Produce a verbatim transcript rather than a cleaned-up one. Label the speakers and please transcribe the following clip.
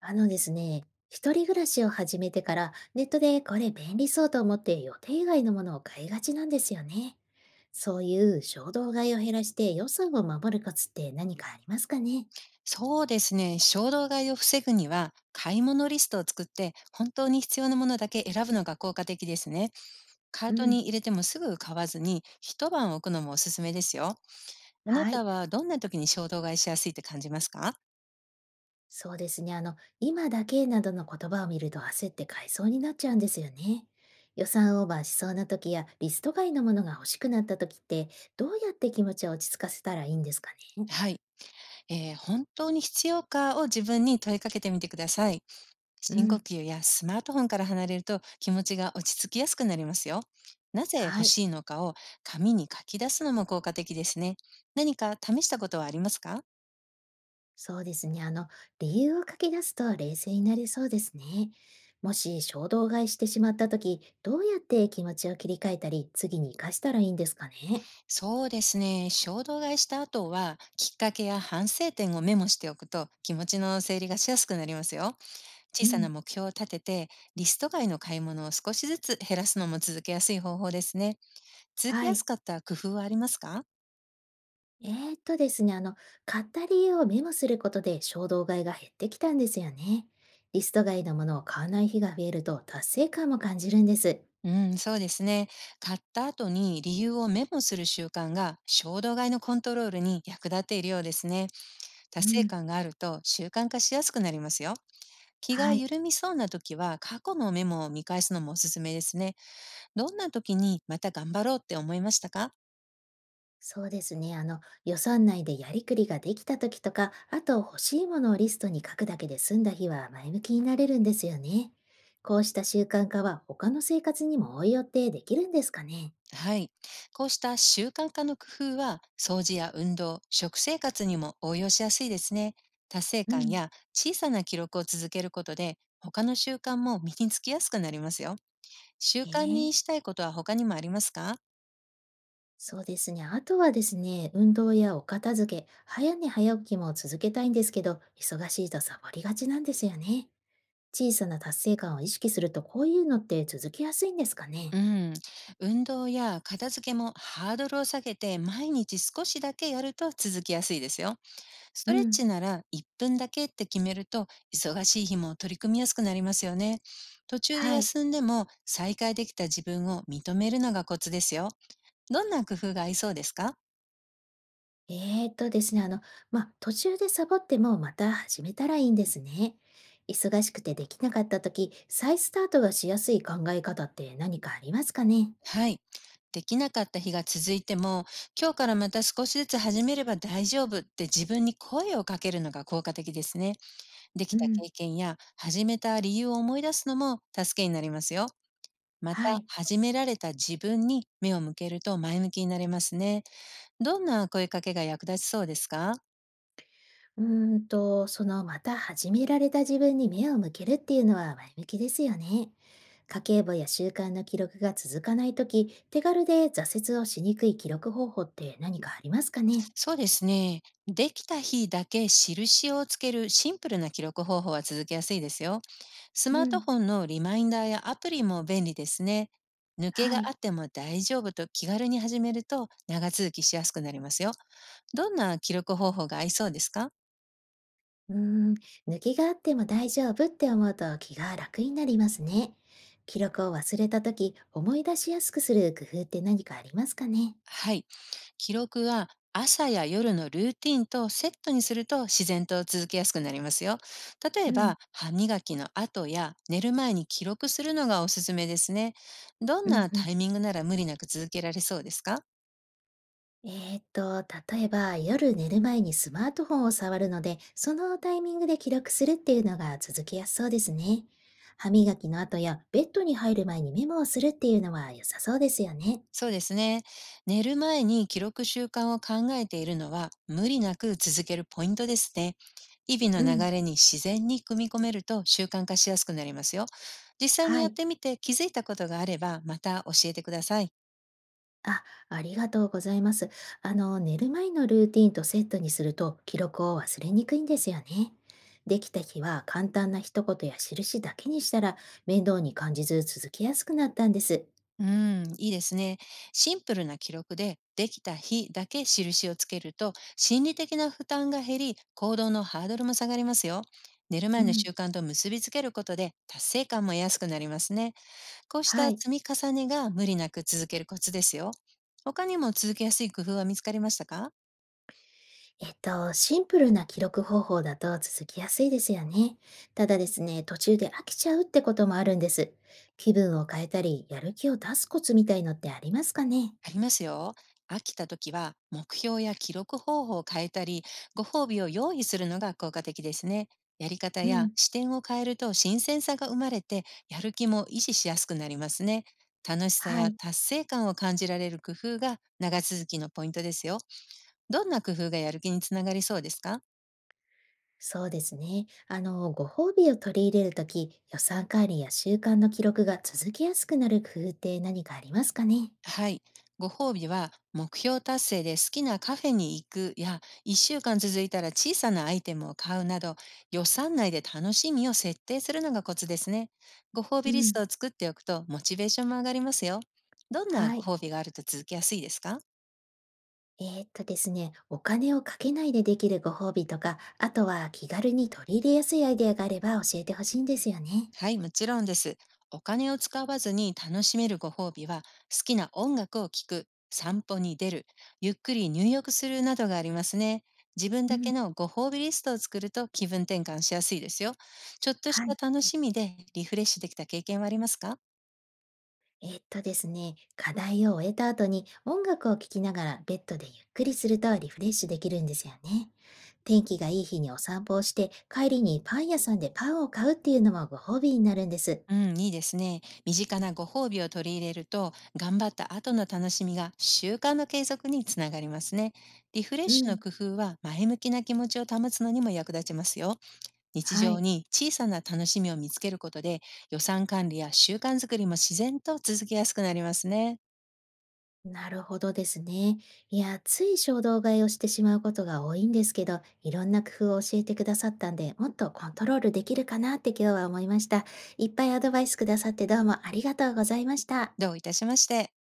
Speaker 1: あのですね、一人暮らしを始めてからネットでこれ便利そうと思って予定外のものを買いがちなんですよね。そういう衝動買いを減らして予算を守るコツって何かありますかね？
Speaker 2: そうですね。衝動買いを防ぐには、買い物リストを作って、本当に必要なものだけ選ぶのが効果的ですね。カー
Speaker 1: う
Speaker 2: ト
Speaker 1: ん。
Speaker 2: に入れてもすぐ買わずに、一晩置くのもおすすめですよ。あな
Speaker 1: は
Speaker 2: た
Speaker 1: い。
Speaker 2: はどんな時に衝動買いしやすいって感じますか？
Speaker 1: そうですね。あの、今だけなどの言葉を見ると焦って買いそうになっちゃうんですよね。予算オーバーしそうな時やリスト外のものが欲しくなった時ってどうやって気持ちを落ち着かせたらいいんですかね？
Speaker 2: はい、えー本当に必要かを自分に問いかけてみてください。
Speaker 1: う
Speaker 2: 深呼
Speaker 1: ん。
Speaker 2: 吸やスマートフォンから離れると気持ちが落ち着きやすくなりますよ。なぜ
Speaker 1: は
Speaker 2: 欲
Speaker 1: い。
Speaker 2: しいのかを紙に書き出すのも効果的ですね。何か試したことはありますか？
Speaker 1: そうですね。あの、理由を書き出すと冷静になれそうですね。もし衝動買いしてしまった時、どうやって気持ちを切り替えたり、次に活かしたらいいんですかね。
Speaker 2: そうですね。衝動買いした後は、きっかけや反省点をメモしておくと気持ちの整理がしやすくなりますよ。小
Speaker 1: う
Speaker 2: さな
Speaker 1: ん。
Speaker 2: 目標を立てて、リスト外の買い物を少しずつ減らすのも続けやすい方法ですね。続け
Speaker 1: は
Speaker 2: やす
Speaker 1: い。
Speaker 2: かった工夫はありますか？
Speaker 1: えー、っとですね、あの、買った理由をメモすることで衝動買いが減ってきたんですよね。リスト外のものを買わない日が増えると達成感も感じるんです。
Speaker 2: うん、そうですね。買った後に理由をメモする習慣が衝動買いのコントロールに役立っているようですね。
Speaker 1: う
Speaker 2: 達成
Speaker 1: ん。
Speaker 2: 感があると習慣化しやすくなりますよ。気が
Speaker 1: はい。
Speaker 2: 緩みそうな時は過去のメモを見返すのもおすすめですね。どんな時にまた頑張ろうって思いましたか？
Speaker 1: そうですね。あの、予算内でやりくりができた時とか、あと欲しいものをリストに書くだけで済んだ日は前向きになれるんですよね。こうした習慣化は他の生活にも応用ってできるんですかね？
Speaker 2: はい。こうした習慣化の工夫は掃除や運動、食生活にも応用しやすいですね。達成
Speaker 1: う
Speaker 2: 感
Speaker 1: ん、
Speaker 2: や小さな記録を続けることで他の習慣も身につきやすくなりますよ。習
Speaker 1: へ
Speaker 2: 慣
Speaker 1: え、
Speaker 2: にしたいことは他にもありますか？
Speaker 1: そうですね。あとはですね、運動やお片付け、早寝早起きも続けたいんですけど、忙しいとサボりがちなんですよね。小さな達成感を意識すると、こういうのって続きやすいんですかね？
Speaker 2: うん。運動や片付けもハードルを下げて毎日少しだけやると続きやすいですよ。ス
Speaker 1: う
Speaker 2: トレッ
Speaker 1: ん。
Speaker 2: チならいっぷんだけって決めると忙しい日も取り組みやすくなりますよね。途中で
Speaker 1: はい。
Speaker 2: 休んでも再開できた自分を認めるのがコツですよ。どんな工夫が合いそうですか？
Speaker 1: えーとですね、あの、まあ、途中でサボってもまた始めたらいいんですね。忙しくてできなかった時、再スタートがしやすい考え方って何かありますかね？
Speaker 2: はい。できなかった日が続いても、今日からまた少しずつ始めれば大丈夫って自分に声をかけるのが効果的ですね。で
Speaker 1: う
Speaker 2: きた
Speaker 1: ん、
Speaker 2: 経験や始めた理由を思い出すのも助けになりますよ。ま
Speaker 1: は
Speaker 2: た、
Speaker 1: い。
Speaker 2: 始められた自分に目を向けると前向きになれますね。どんな声かけが役立ちそうですか？
Speaker 1: うーんと、その、また始められた自分に目を向けるっていうのは前向きですよね。家計簿や習慣の記録が続かない時、手軽で挫折をしにくい記録方法って何かありますかね？
Speaker 2: そうですね。できた日だけ印をつけるシンプルな記録方法は続けやすいですよ。ス
Speaker 1: う
Speaker 2: マート
Speaker 1: ん、
Speaker 2: フォンのリマインダーやアプリも便利ですね。抜け
Speaker 1: は
Speaker 2: が
Speaker 1: い。
Speaker 2: あっても大丈夫と気軽に始めると長続きしやすくなりますよ。どんな記録方法が合いそうですか？
Speaker 1: うーん、抜きがあっても大丈夫って思うと気が楽になりますね。記録を忘れた時、思い出しやすくする工夫って何かありますかね？
Speaker 2: はい。記録は朝や夜のルーティンとセットにすると自然と続けやすくなりますよ。例
Speaker 1: う
Speaker 2: え
Speaker 1: ん、
Speaker 2: ば、歯磨きの後や寝る前に記録するのがおすすめですね。どん
Speaker 1: うん、
Speaker 2: な
Speaker 1: うん。
Speaker 2: タイミングなら無理なく続けられそうですか？
Speaker 1: えーっと、例えば夜寝る前にスマートフォンを触るので、そのタイミングで記録するっていうのが続きやすそうですね。歯磨きの後やベッドに入る前にメモをするっていうのは良さそうですよね。
Speaker 2: そうですね。寝る前に記録習慣を考えているのは無理なく続けるポイントですね。日々の
Speaker 1: うん、
Speaker 2: 流れに自然に組み込めると習慣化しやすくなりますよ。実際に
Speaker 1: は
Speaker 2: やっ
Speaker 1: い。
Speaker 2: てみて気づいたことがあればまた教えてください。
Speaker 1: あ、ありがとうございます。あの、寝る前のルーティンとセットにすると記録を忘れにくいんですよね。できた日は簡単な一言や印だけにしたら面倒に感じず続きやすくなったんです。
Speaker 2: うん、いいですね。シンプルな記録で、できた日だけ印をつけると、心理的な負担が減り、行動のハードルも下がりますよ。寝る
Speaker 1: う
Speaker 2: 前の
Speaker 1: ん。
Speaker 2: 習慣と結びつけることで、達成感も得やすくなりますね。こうし
Speaker 1: は
Speaker 2: た
Speaker 1: い。
Speaker 2: 積み重ねが無理なく続けるコツですよ。他にも続けやすい工夫は見つかりましたか？
Speaker 1: えっと、シンプルな記録方法だと続きやすいですよね。ただですね、途中で飽きちゃうってこともあるんです。気分を変えたり、やる気を出すコツみたいのってありますかね？
Speaker 2: ありますよ。飽きた時は目標や記録方法を変えたり、ご褒美を用意するのが効果的ですね。やり方
Speaker 1: う
Speaker 2: や
Speaker 1: ん。
Speaker 2: 視点を変えると新鮮さが生まれて、やる気も維持しやすくなりますね。楽しさ
Speaker 1: は
Speaker 2: や
Speaker 1: い。
Speaker 2: 達成感を感じられる工夫が長続きのポイントですよ。どんな工夫がやる気につながりそうですか？
Speaker 1: そうですね。あの、ご褒美を取り入れるとき、予算管理や習慣の記録が続けやすくなる工夫って何かありますかね？
Speaker 2: はい。ご褒美は目標達成で好きなカフェに行くやいっしゅうかん続いたら小さなアイテムを買うなど、予算内で楽しみを設定するのがコツですね。ご褒
Speaker 1: う
Speaker 2: 美リス
Speaker 1: ん、
Speaker 2: トを作っておくとモチベーションも上がりますよ。どんな
Speaker 1: は
Speaker 2: ご
Speaker 1: い。
Speaker 2: 褒美があると続けやすいですか？
Speaker 1: えーっとですね、お金をかけないでできるご褒美とか、あとは気軽に取り入れやすいアイデアがあれば教えてほしいんですよね。
Speaker 2: はい、もちろんです。お金を使わずに楽しめるご褒美は、好きな音楽を聴く、散歩に出る、ゆっくり入浴するなどがありますね。自分
Speaker 1: う
Speaker 2: だ
Speaker 1: ん。
Speaker 2: けのご褒美リストを作ると気分転換しやすいですよ。ちょっとし
Speaker 1: は
Speaker 2: た
Speaker 1: い。
Speaker 2: 楽しみでリフレッシュできた経験はありますか？
Speaker 1: えっとですね、課題を終えた後に音楽を聴きながらベッドでゆっくりするとリフレッシュできるんですよね。天気がいい日にお散歩をして帰りにパン屋さんでパンを買うっていうのもご褒美になるんです。
Speaker 2: うん、いいですね。身近なご褒美を取り入れると、頑張った後の楽しみが習慣の継続につながりますね。リフレッ
Speaker 1: う
Speaker 2: シュの
Speaker 1: ん。
Speaker 2: 工夫は前向きな気持ちを保つのにも役立ちますよ。日
Speaker 1: は
Speaker 2: 常
Speaker 1: い。
Speaker 2: に小さな楽しみを見つけることで予算管理や習慣づくりも自然と続きやすくなりますね。
Speaker 1: なるほどですね。いや、つい衝動買いをしてしまうことが多いんですけど、いろんな工夫を教えてくださったんで、もっとコントロールできるかなって今日は思いました。いっぱいアドバイスくださってどうもありがとうございました。
Speaker 2: どういたしまして。